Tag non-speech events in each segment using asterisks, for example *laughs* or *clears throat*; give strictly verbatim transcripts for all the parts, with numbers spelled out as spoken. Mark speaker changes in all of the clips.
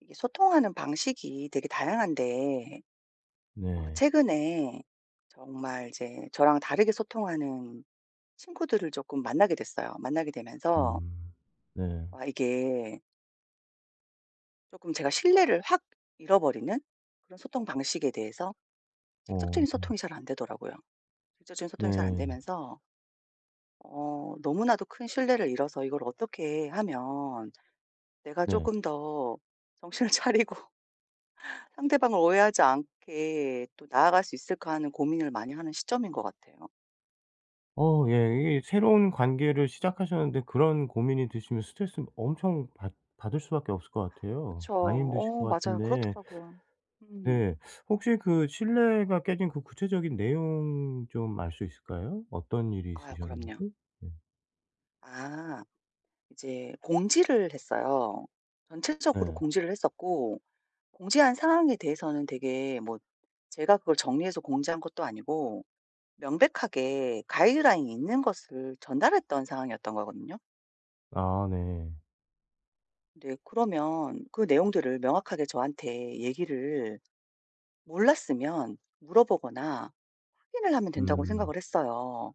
Speaker 1: 이게 소통하는 방식이 되게 다양한데 어
Speaker 2: 네.
Speaker 1: 최근에 정말 이제 저랑 다르게 소통하는 친구들을 조금 만나게 됐어요. 만나게 되면서
Speaker 2: 음. 네.
Speaker 1: 와 이게 조금 제가 신뢰를 확 잃어버리는 그런 소통 방식에 대해서
Speaker 2: 어.
Speaker 1: 직접적인 소통이 잘 안 되더라고요. 직접적인 소통이 잘 안
Speaker 2: 네.
Speaker 1: 되면서 어 너무나도 큰 신뢰를 잃어서 이걸 어떻게 하면 내가 조
Speaker 2: 네.
Speaker 1: 금 더 정신을 *laughs* 차리고 상대방을 오해하지 않게 또 나아갈 수 있을까 하는 고민을 많이 하는 시점인 것 같아요.
Speaker 2: 어 예. 이게 새로운 관계를 시작하셨는데 그런 고민이 드시면 스트레스 엄청 받 받을 수밖에 없을 것 같아요.
Speaker 1: 그쵸.
Speaker 2: 많이 힘드실 것
Speaker 1: 어 맞아요.
Speaker 2: 같은데
Speaker 1: 그렇더라고요. 음.
Speaker 2: 네. 혹시 그 신뢰가 깨진 그 구체적인 내용 좀 알 수 있을까요? 어떤 일이
Speaker 1: 아유 그럼요.
Speaker 2: 있으셨는지? 네.
Speaker 1: 아 이제 공지를 했어요. 전체적으로
Speaker 2: 네.
Speaker 1: 공지를 했었고 공지한 상황에 대해서는 되게 뭐 제가 그걸 정리해서 공지한 것도 아니고 명백하게 가이드라인이 있는 것을 전달했던 상황이었던 거거든요.
Speaker 2: 아 네.
Speaker 1: 근데 그러면 그 내용들을 명확하게 저한테 얘기를 몰랐으면 물어보거나 확인을 하면 된다고
Speaker 2: 음.
Speaker 1: 생각을 했어요.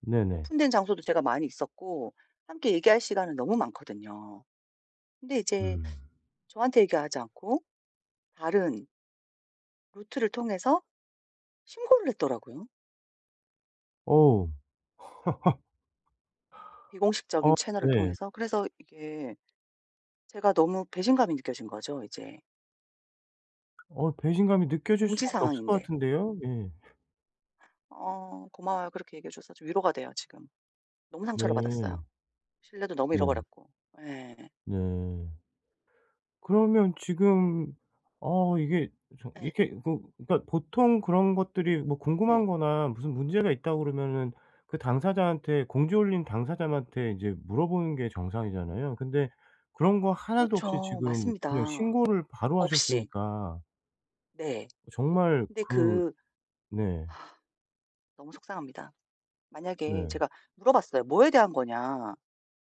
Speaker 2: 네네.
Speaker 1: 오픈된 장소도 제가 많이 있었고 함께 얘기할 시간은 너무 많거든요. 근데 이제
Speaker 2: 음.
Speaker 1: 저한테 얘기하지 않고 다른 루트를 통해서 신고를 했더라고요.
Speaker 2: 어우. 아
Speaker 1: 비공식적인 채널을
Speaker 2: 네.
Speaker 1: 통해서. 그래서 이게 제가 너무 배신감이 느껴진 거죠, 이제.
Speaker 2: 어 배신감이 느껴질
Speaker 1: 공지
Speaker 2: 수밖에 없을 것
Speaker 1: 상황인데.
Speaker 2: 같은데요.
Speaker 1: 음.
Speaker 2: 예.
Speaker 1: 어, 고마워요. 그렇게 얘기해 줘서 좀 위로가 돼요, 지금. 너무 상처를
Speaker 2: 네.
Speaker 1: 받았어요. 신뢰도 너무
Speaker 2: 네.
Speaker 1: 잃어버렸고. 예.
Speaker 2: 네. 그러면 지금 어 이게 저
Speaker 1: 예.
Speaker 2: 이게 그 그러니까 보통 그런 것들이 뭐 궁금한
Speaker 1: 네.
Speaker 2: 거나 무슨 문제가 있다고 그러면은 그 당사자한테 공지 올린 당사자한테 인제 물어보는 게 정상이잖아요. 근데 그런 거 하나도 없이
Speaker 1: 그렇죠.
Speaker 2: 지금 그냥
Speaker 1: 맞습니다.
Speaker 2: 신고를 바로
Speaker 1: 없이.
Speaker 2: 하셨으니까
Speaker 1: 네.
Speaker 2: 정말
Speaker 1: 근데
Speaker 2: 그
Speaker 1: 그
Speaker 2: 네.
Speaker 1: 아 너무 속상합니다. 만약에
Speaker 2: 네.
Speaker 1: 제가 물어봤어요. "뭐에 대한 거냐?"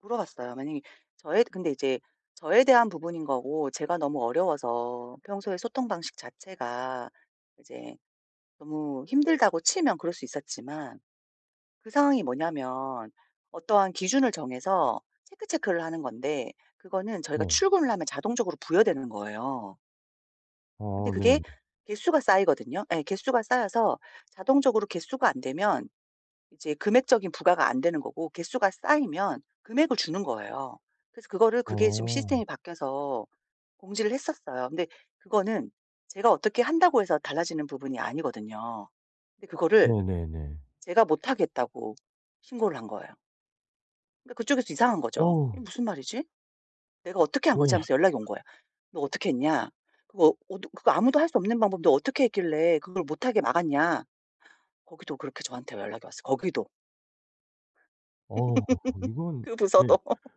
Speaker 1: 물어봤어요. 만약에 저에 근데 이제 저에 대한 부분인 거고 제가 너무 어려워서 평소에 소통 방식 자체가 이제 너무 힘들다고 치면 그럴 수 있었지만 그 상황이 뭐냐면 어떠한 기준을 정해서 체크 체크를 하는 건데 그거는 저희가
Speaker 2: 네.
Speaker 1: 출근을 하면 자동적으로 부여되는 거예요. 근데
Speaker 2: 어
Speaker 1: 그게
Speaker 2: 네.
Speaker 1: 개수가 쌓이거든요. 예. 개수가 쌓여서 자동적으로 개수가 안 되면 이제 금액적인 부과가 안 되는 거고 개수가 쌓이면 금액을 주는 거예요. 그래서 그거를 그게 지금
Speaker 2: 어.
Speaker 1: 시스템이 바뀌어서 공지를 했었어요. 근데 그거는 제가 어떻게 한다고 해서 달라지는 부분이 아니거든요. 근데 그거를
Speaker 2: 네네네.
Speaker 1: 제가 못 하겠다고 신고를 한 거예요. 그러니까 그쪽에서 이상한 거죠.
Speaker 2: 어우
Speaker 1: '이게 무슨 말이지?' "내가 어떻게 한 거지?"
Speaker 2: 네.
Speaker 1: 하면서 연락이 온 거야. "너 어떻게 했냐? 그거 어두 그거 아무도 할 수 없는 방법인데 어떻게 했길래 그걸 못하게 막았냐?" 거기도 그렇게 저한테 연락이 왔어 거기도.
Speaker 2: 어우 이건
Speaker 1: 그
Speaker 2: 네.
Speaker 1: 부서도. *laughs*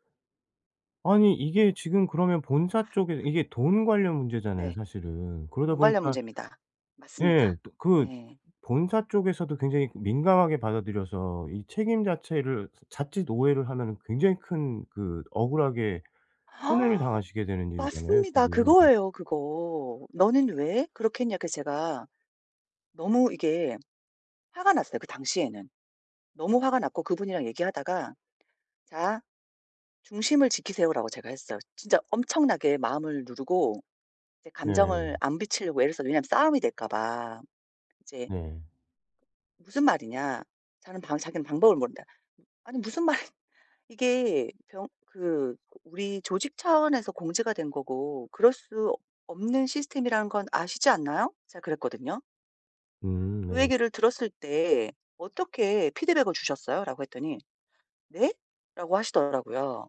Speaker 2: 아니 이게 지금 그러면 본사 쪽에 이게 돈 관련 문제잖아요
Speaker 1: 네.
Speaker 2: 사실은. 그러다
Speaker 1: 돈 관련
Speaker 2: 보니까
Speaker 1: 문제입니다.
Speaker 2: 예
Speaker 1: 맞습니다.
Speaker 2: 또 그
Speaker 1: 예.
Speaker 2: 본사 쪽에서도 굉장히 민감하게 받아들여서 이 책임 자체를 자칫 오해를 하면은 굉장히 큰 그 억울하게
Speaker 1: *gasps*
Speaker 2: 손해를
Speaker 1: 아,
Speaker 2: 당하시게 되는 일이잖아요
Speaker 1: 맞습니다.
Speaker 2: 지금.
Speaker 1: 그거예요, 그거. "너는 왜 그렇게 했냐?" 그래서 제가 너무 이게 화가 났어요, 그 당시에는. 너무 화가 났고 그분이랑 얘기하다가 "자 중심을 지키세요."라고 제가 했어요. 진짜 엄청나게 마음을 누르고 이제
Speaker 2: 네.
Speaker 1: 감정을 안 비치려고 애를 써요. 왜냐면 싸움이 될까 봐. 이제
Speaker 2: 네.
Speaker 1: 무슨 말이냐. 자는 방 자기는 방법을 모른다. 아니 무슨 말이 *laughs* 이게 병 그 우리 조직 차원에서 공지가 된 거고 그럴 수 없는 시스템이라는 건 아시지 않나요? 제가 그랬거든요.
Speaker 2: 음
Speaker 1: 그
Speaker 2: 네.
Speaker 1: 얘기를 들었을 때 "어떻게 피드백을 주셨어요?"라고 했더니 "네?"라고 하시더라고요.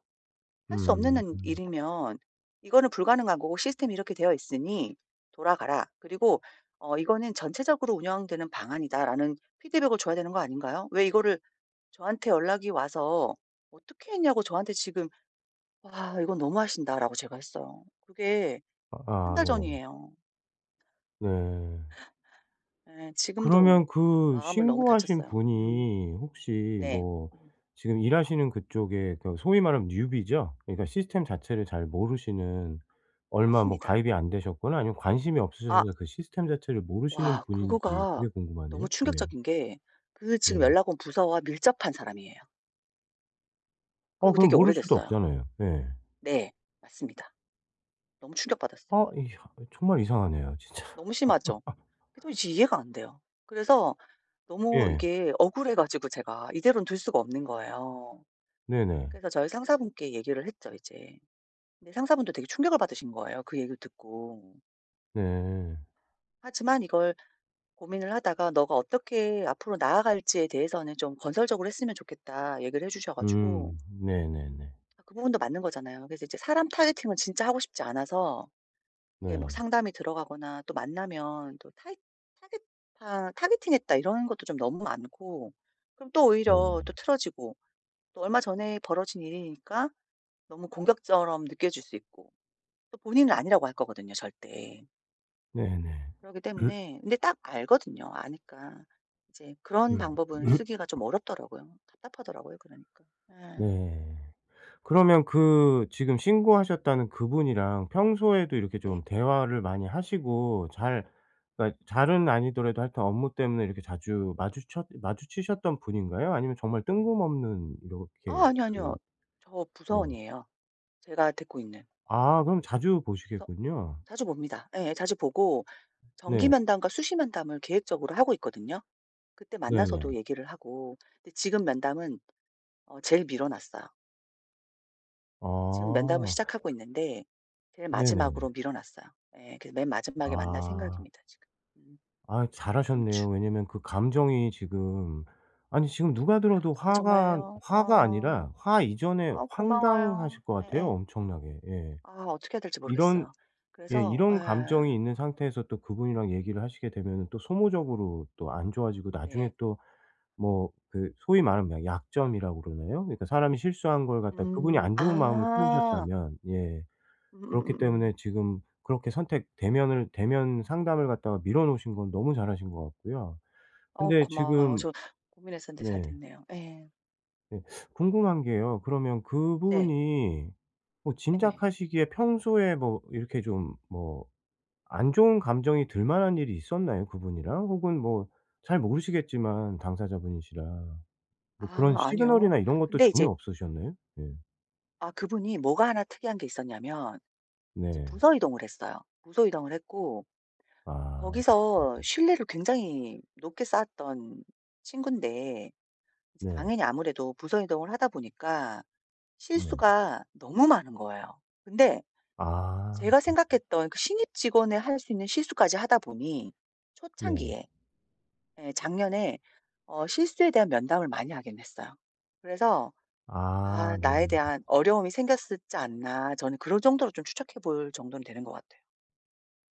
Speaker 1: 할 수
Speaker 2: 음.
Speaker 1: 없는
Speaker 2: 음.
Speaker 1: 일이면 이거는 불가능한 거고 시스템이 이렇게 되어 있으니 돌아가라. 그리고 어 "이거는 전체적으로 운영되는 방안이다."라는 피드백을 줘야 되는 거 아닌가요? 왜 이거를 저한테 연락이 와서 "어떻게 했냐."고 저한테 지금 "와 이건 너무하신다."라고 제가 했어요. 그게
Speaker 2: 아
Speaker 1: 한
Speaker 2: 아,
Speaker 1: 달
Speaker 2: 네.
Speaker 1: 전이에요.
Speaker 2: 네.
Speaker 1: 예. 지금도
Speaker 2: 그러면 그
Speaker 1: 마음을 너무
Speaker 2: 신고하신
Speaker 1: 다쳤어요. 음.
Speaker 2: 분이 혹시
Speaker 1: 네.
Speaker 2: 뭐
Speaker 1: 음.
Speaker 2: 지금 일하시는 그쪽에 그 소위 말하면 뉴비죠 그러니까 시스템 자체를 잘 모르시는 얼마 뭐
Speaker 1: 맞습니다.
Speaker 2: 가입이 안 되셨거나 아니면 관심이
Speaker 1: 아
Speaker 2: 없으셔서 그 시스템 자체를 모르시는
Speaker 1: 와
Speaker 2: 분인지
Speaker 1: 그거가
Speaker 2: 그게 궁금하네요.
Speaker 1: 너무
Speaker 2: 예.
Speaker 1: 충격적인 게 그 지금
Speaker 2: 네.
Speaker 1: 연락 온 부서와 밀접한 사람이에요.
Speaker 2: 어
Speaker 1: 그리고
Speaker 2: 그럼
Speaker 1: 되게
Speaker 2: 모를 수도
Speaker 1: 오래됐어요.
Speaker 2: 없잖아요. 예.
Speaker 1: 네. 맞습니다. 너무 충격받았어요.
Speaker 2: 아 이 정말 이상하네요 진짜.
Speaker 1: 너무
Speaker 2: *laughs*
Speaker 1: 심하죠? 그래서 이제 이해가 안 돼요. 그래서 너무
Speaker 2: 예.
Speaker 1: 이게 억울해 가지고 제가 이대로는 둘 수가 없는 거예요.
Speaker 2: 네네.
Speaker 1: 그래서 저희 상사분께 얘기를 했죠 이제. 근데 상사분도 되게 충격을 받으신 거예요 그 얘기를 듣고.
Speaker 2: 네.
Speaker 1: 하지만 이걸 고민을 하다가 "너가 어떻게 앞으로 나아갈지에 대해서는 좀 건설적으로 했으면 좋겠다." 얘기를 해 주셔 가지고
Speaker 2: 음. 네네네.
Speaker 1: 아 그 부분도 맞는 거잖아요. 그래서 이제 사람 타겟팅은 진짜 하고 싶지 않아서 이게 뭐
Speaker 2: 네.
Speaker 1: 상담이 들어가거나 또 만나면 또 타이 타겟 타, '타겟팅했다.' 이런 것도 좀 너무 많고 그럼 또 오히려 또
Speaker 2: 네네.
Speaker 1: 틀어지고 또 얼마 전에 벌어진 일이니까 너무 공격처럼 느껴질 수 있고 또 본인은 아니라고 할 거거든요 절대.
Speaker 2: 네네.
Speaker 1: 그렇기 때문에 근데 딱 알거든요. 아니까 이제 그런 방법은 쓰기가
Speaker 2: *clears throat*
Speaker 1: 좀 어렵더라고요. 답답하더라고요 그러니까. 아,
Speaker 2: 네. 그러면 그 지금 신고하셨다는 그분이랑 평소에도 이렇게 좀
Speaker 1: 네.
Speaker 2: 대화를 많이 하시고 잘 그러니까 잘은 아니더라도 하여튼 업무 때문에 이렇게 자주 마주쳤 마주치셨던 분인가요? 아니면 정말 뜬금없는 이렇게
Speaker 1: 아 아니요,
Speaker 2: 그
Speaker 1: 아니요. 저
Speaker 2: 네.
Speaker 1: 부서원이에요. 제가 듣고 있는
Speaker 2: 아 그럼 자주
Speaker 1: 부서
Speaker 2: 보시겠군요.
Speaker 1: 자주 봅니다. 예. 자주 보고 정기
Speaker 2: 네.
Speaker 1: 면담과 수시 면담을 계획적으로 하고 있거든요. 그때
Speaker 2: 네네.
Speaker 1: 만나서도 얘기를 하고 근데 지금 면담은 어 제일 미뤄 놨어요. 지금 면담을
Speaker 2: 아.
Speaker 1: 시작하고 있는데 제일
Speaker 2: 네네.
Speaker 1: 마지막으로 미뤄 놨어요. 예. 그래서 맨 마지막에 만날
Speaker 2: 아.
Speaker 1: 생각입니다 지금. 음
Speaker 2: 아
Speaker 1: 다음 주.
Speaker 2: 잘하셨네요. 왜냐면 그 감정이 지금 아니 지금 누가 들어도
Speaker 1: 아
Speaker 2: 화가
Speaker 1: 정말요?
Speaker 2: 화가
Speaker 1: 어.
Speaker 2: 아니라 화 이전에
Speaker 1: 아 고마워요.
Speaker 2: 황당하실 것 같아요
Speaker 1: 예예.
Speaker 2: 엄청나게. 예.
Speaker 1: 아 어떻게 해야 될지
Speaker 2: 이런
Speaker 1: 모르겠어요.
Speaker 2: 예
Speaker 1: 그래서
Speaker 2: 이런 감정이
Speaker 1: 예.
Speaker 2: 있는 상태에서 또 그분이랑 얘기를 하시게 되면 또 소모적으로 또 안 좋아지고 나중에
Speaker 1: 네.
Speaker 2: 또 뭐 그 소위 말하면 약점이라고 그러나요? 그러니까 사람이 실수한 걸 갖다 그분이
Speaker 1: 음.
Speaker 2: 안 좋은 마음을
Speaker 1: 아.
Speaker 2: 품으셨다면 예 그렇기
Speaker 1: 음음음음.
Speaker 2: 때문에 지금 그렇게 선택 대면을 대면 상담을 갖다가 밀어 놓으신 건 너무 잘하신 것 같고요.
Speaker 1: 어
Speaker 2: 근데
Speaker 1: 고마워요.
Speaker 2: 지금
Speaker 1: 저 고민했었는데 잘
Speaker 2: 네.
Speaker 1: 됐네요. 예.
Speaker 2: 네. 궁금한 게요. 그러면
Speaker 1: 네.
Speaker 2: 그분이 뭐
Speaker 1: 예.
Speaker 2: 짐작하시기에 평소에 뭐 이렇게 좀 뭐 안 좋은 감정이 들 만한 일이 있었나요, 그분이랑? 혹은 뭐 잘 모르시겠지만 당사자분이시라 뭐
Speaker 1: 아
Speaker 2: 그런
Speaker 1: 아니요.
Speaker 2: 시그널이나 이런 것도
Speaker 1: 근데
Speaker 2: 전혀
Speaker 1: 이제
Speaker 2: 없으셨나요? 네.
Speaker 1: 아 그분이 뭐가 하나 특이한 게 있었냐면 이제
Speaker 2: 네.
Speaker 1: 부서 이동을 했어요. 부서 이동을 했고
Speaker 2: 아
Speaker 1: 거기서 신뢰를 굉장히 높게 쌓았던 친군데 이제
Speaker 2: 네.
Speaker 1: 당연히 아무래도 부서 이동을 하다 보니까
Speaker 2: 네.
Speaker 1: 실수가 너무 많은 거예요. 근데
Speaker 2: 아
Speaker 1: 제가
Speaker 2: 네.
Speaker 1: 생각했던 그 신입 직원의 할 수 있는 실수까지 하다 보니
Speaker 2: 네.
Speaker 1: 초창기에 예 작년에 어 실수에 대한 면담을 많이 하긴 했어요. 그래서
Speaker 2: 아
Speaker 1: 아 나에
Speaker 2: 네.
Speaker 1: 대한 어려움이 생겼었지 않나. 저는 그럴 정도로 좀 추측해 볼 정도는 되는 것 같아요.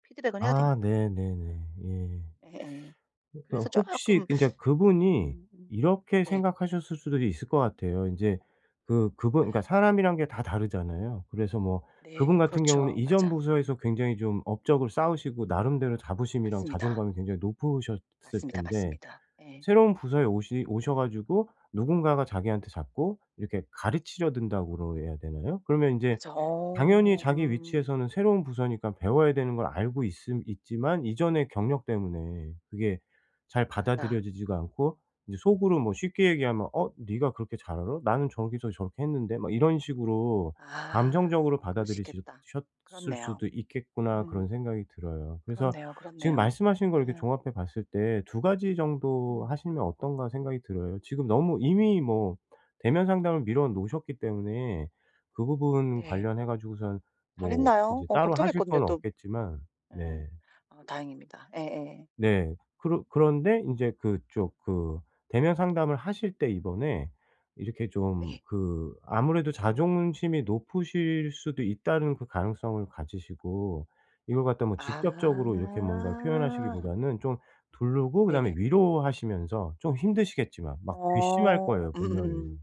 Speaker 1: 피드백은 해야
Speaker 2: 아
Speaker 1: 되니까. 음.
Speaker 2: 네네네. 예.
Speaker 1: 예예. 그래서
Speaker 2: 그러니까 혹시
Speaker 1: 조금
Speaker 2: 그러니까 그분이
Speaker 1: 음 음.
Speaker 2: 이렇게
Speaker 1: 네.
Speaker 2: 생각하셨을 수도 있을 것 같아요. 인제 그 그분 그러니까
Speaker 1: 예.
Speaker 2: 사람이란 게 다 다르잖아요. 그래서 뭐 그분
Speaker 1: 네.
Speaker 2: 같은 경우는
Speaker 1: 그렇죠.
Speaker 2: 이전
Speaker 1: 맞아.
Speaker 2: 부서에서 굉장히 좀 업적을 쌓으시고 나름대로 자부심이랑
Speaker 1: 맞습니다.
Speaker 2: 자존감이 굉장히 높으셨을
Speaker 1: 맞습니다,
Speaker 2: 텐데
Speaker 1: 맞습니다. 예.
Speaker 2: 새로운 부서에 오시 오셔 가지고 누군가가 자기한테 자꾸 이렇게 가르치려 든다고 그래야 되나요? 그러면 인제
Speaker 1: 맞아.
Speaker 2: 당연히
Speaker 1: 어
Speaker 2: 자기
Speaker 1: 음.
Speaker 2: 위치에서는 새로운 부서니까 배워야 되는 걸 알고 있음 있지만 이전의 경력 때문에 그게 잘
Speaker 1: 맞아.
Speaker 2: 받아들여지지가 않고 이제 속으로 뭐 쉽게 얘기하면 "어 네가 그렇게 잘 알아? 나는 저기서 저렇게 했는데." 막 이런 식으로
Speaker 1: 아
Speaker 2: 감정적으로 받아
Speaker 1: 그럴 수
Speaker 2: 들이
Speaker 1: 있겠다.
Speaker 2: 셨을
Speaker 1: 그렇네요.
Speaker 2: 수도 있겠구나
Speaker 1: 음.
Speaker 2: 그런 생각이 들어요. 그래서
Speaker 1: 그렇네요,
Speaker 2: 지금
Speaker 1: 그렇네요.
Speaker 2: 말씀하신 걸 이렇게
Speaker 1: 음.
Speaker 2: 종합해 봤을 때 두 가지 정도
Speaker 1: 음.
Speaker 2: 하시면 어떤가 생각이 들어요. 지금 너무 이미 뭐 대면 상담을 미뤄 놓으셨기 때문에 그 부분
Speaker 1: 네.
Speaker 2: 관련해 가지고선 뭐
Speaker 1: 잘했나요?
Speaker 2: 이제
Speaker 1: 어
Speaker 2: 따로 하실
Speaker 1: 걱정했거든요
Speaker 2: 건
Speaker 1: 또.
Speaker 2: 없겠지만
Speaker 1: 음.
Speaker 2: 네.
Speaker 1: 아 다행입니다. 예예.
Speaker 2: 네. 그러 그런데 인제 그쪽 그 대면 상담을 하실 때 이번에 이렇게 좀
Speaker 1: 예.
Speaker 2: 그 아무래도 자존심이 높으실 수도 있다는 그 가능성을 가지시고 이걸 갖다 뭐 직접적으로 이렇게 뭔가
Speaker 1: 아.
Speaker 2: 표현하시기보다는 좀 두르고 그다음에
Speaker 1: 네네.
Speaker 2: 위로하시면서 좀 힘드시겠지만 막 괘씸할
Speaker 1: 어.
Speaker 2: 거예요 분명히.
Speaker 1: 음음음.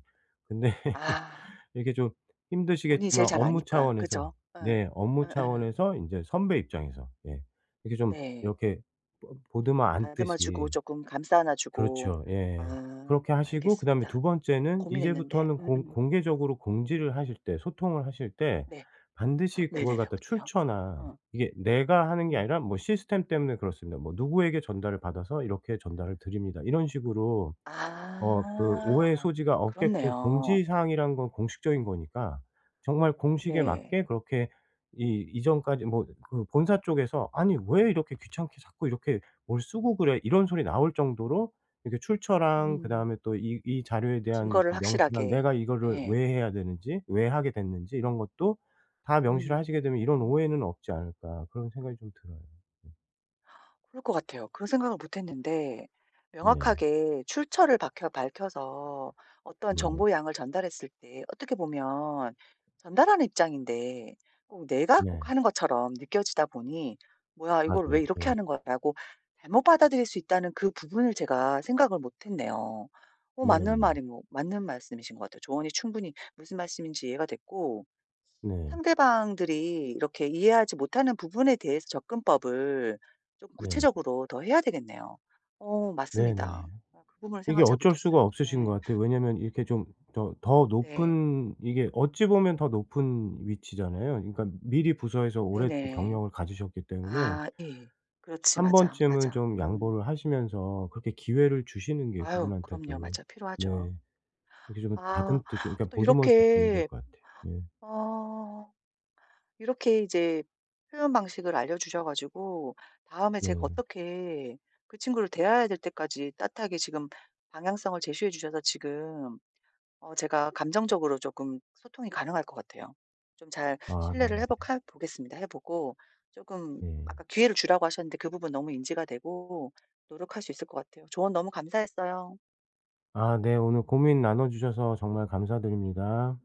Speaker 2: 근데
Speaker 1: 아.
Speaker 2: 이게 좀
Speaker 1: 본인이 제일
Speaker 2: 힘드시겠지만
Speaker 1: 잘
Speaker 2: 업무
Speaker 1: 아니까.
Speaker 2: 차원에서
Speaker 1: 그죠? 예.
Speaker 2: 네 업무
Speaker 1: 예예.
Speaker 2: 차원에서 인제 선배 입장에서 예 이렇게 좀
Speaker 1: 네.
Speaker 2: 이렇게 보 보드만
Speaker 1: 다듬어 주고
Speaker 2: 앉듯이
Speaker 1: 쪼끔 감싸 안아 주고.
Speaker 2: 그렇죠. 예.
Speaker 1: 아.
Speaker 2: 그렇게 하시고 그다음에
Speaker 1: 알겠습니다.
Speaker 2: 두
Speaker 1: 음
Speaker 2: 번째는
Speaker 1: 고민했는데
Speaker 2: 이제부터는 공
Speaker 1: 음음.
Speaker 2: 공개적으로 공지를 하실 때 소통을 하실 때
Speaker 1: 네.
Speaker 2: 반드시 그걸
Speaker 1: 네네네.
Speaker 2: 갖다
Speaker 1: 어때요?
Speaker 2: 출처나
Speaker 1: 어.
Speaker 2: 이게 내가 하는 게
Speaker 1: 음.
Speaker 2: 아니라 뭐 시스템 때문에 그렇습니다. 뭐 "누구에게 전달을 받아서 이렇게 전달을 드립니다." 이런 식으로 어 그 오해
Speaker 1: 아.
Speaker 2: 소지가 없게끔
Speaker 1: 그렇네요.
Speaker 2: 공지사항이란 건 공식적인 거니까 정말 공식에
Speaker 1: 네.
Speaker 2: 맞게 그렇게 이 이전까지 뭐 그 본사 쪽에서 "아니 왜 이렇게 귀찮게 자꾸 이렇게 뭘 쓰고 그래?" 이런 소리 나올 정도로 이렇게 출처랑
Speaker 1: 음.
Speaker 2: 그다음에 또 이 이 자료에 대한
Speaker 1: 증거를
Speaker 2: 명시랑
Speaker 1: 확실하게.
Speaker 2: 내가 이거를
Speaker 1: 예.
Speaker 2: 왜 해야 되는지 왜 하게 됐는지 이런 것도 다 명시를
Speaker 1: 음.
Speaker 2: 하시게 되면 '이런
Speaker 1: 음.
Speaker 2: 오해는 없지 않을까.' 그런 생각이 좀 들어요. 네.
Speaker 1: 그럴 것 같아요. 그런 생각을 못 했는데
Speaker 2: 네.
Speaker 1: 명확하게 출처를 혀 밝혀서 어떤
Speaker 2: 네네.
Speaker 1: 정보 양을 전달했을 때 어떻게 보면 전달하는 입장인데 꼭 내가 꼭
Speaker 2: 네.
Speaker 1: 하는 것처럼 느껴지다 보니 '뭐야 이걸
Speaker 2: 맞아요.
Speaker 1: 왜 이렇게
Speaker 2: 네.
Speaker 1: 하는 거라고 잘못 받아들일 수 있다는 그 부분을 제가 생각을 못 했네요. 어 맞는
Speaker 2: 네네.
Speaker 1: 말인 거 맞는 말씀이신 것 같아요. 조언이 충분히 무슨 말씀인지 이해가 됐고
Speaker 2: 네.
Speaker 1: 상대방들이 이렇게 이해하지 못하는 부분에 대해서 접근법을 좀
Speaker 2: 네.
Speaker 1: 구체적으로 더 해야 되겠네요. 어
Speaker 2: 네네.
Speaker 1: 맞습니다. 아 그 부분을
Speaker 2: 이게
Speaker 1: 생각을 잘
Speaker 2: 어쩔 수가
Speaker 1: 못했어요.
Speaker 2: 없으신 것
Speaker 1: 예.
Speaker 2: 같아요. 왜냐면 이렇게 좀 더 더
Speaker 1: 네.
Speaker 2: 높은 이게 어찌 보면 더 높은 위치잖아요. 그러니까 미리 부서에서 오랫동
Speaker 1: 네네.
Speaker 2: 경력을 가지셨기 때문에
Speaker 1: 아 예. 그렇지.
Speaker 2: 한
Speaker 1: 맞아,
Speaker 2: 번쯤은
Speaker 1: 맞아.
Speaker 2: 좀
Speaker 1: 음.
Speaker 2: 양보를 하시면서 그렇게 기회를 주시는 게
Speaker 1: 아유 그럼요.
Speaker 2: 그분한테도
Speaker 1: 맞아. 필요하죠.
Speaker 2: 네 이렇게 좀
Speaker 1: 아
Speaker 2: 다듬듯이 그러니까
Speaker 1: 또
Speaker 2: 보듬어 주시는 것
Speaker 1: 이렇게
Speaker 2: 같아요. 예.
Speaker 1: 어 이렇게 이제 표현 방식을 알려주셔 가지고 다음에 제가
Speaker 2: 네.
Speaker 1: 어떻게 그 친구를 대해야 될 때까지 따뜻하게 지금 방향성을 제시해 주셔서 지금 어 제가 감정적으로 조금 소통이 가능할 것 같아요. 좀 잘
Speaker 2: 아 네.
Speaker 1: 신뢰를 회복해 보겠습니다. 해 보고 조금
Speaker 2: 네.
Speaker 1: 아까 기회를 주라고 하셨는데 그 부분 너무 인지가 되고 노력할 수 있을 것 같아요. 조언 너무 감사했어요.
Speaker 2: 아 네. 오늘 고민 나눠 주셔서 정말 감사드립니다.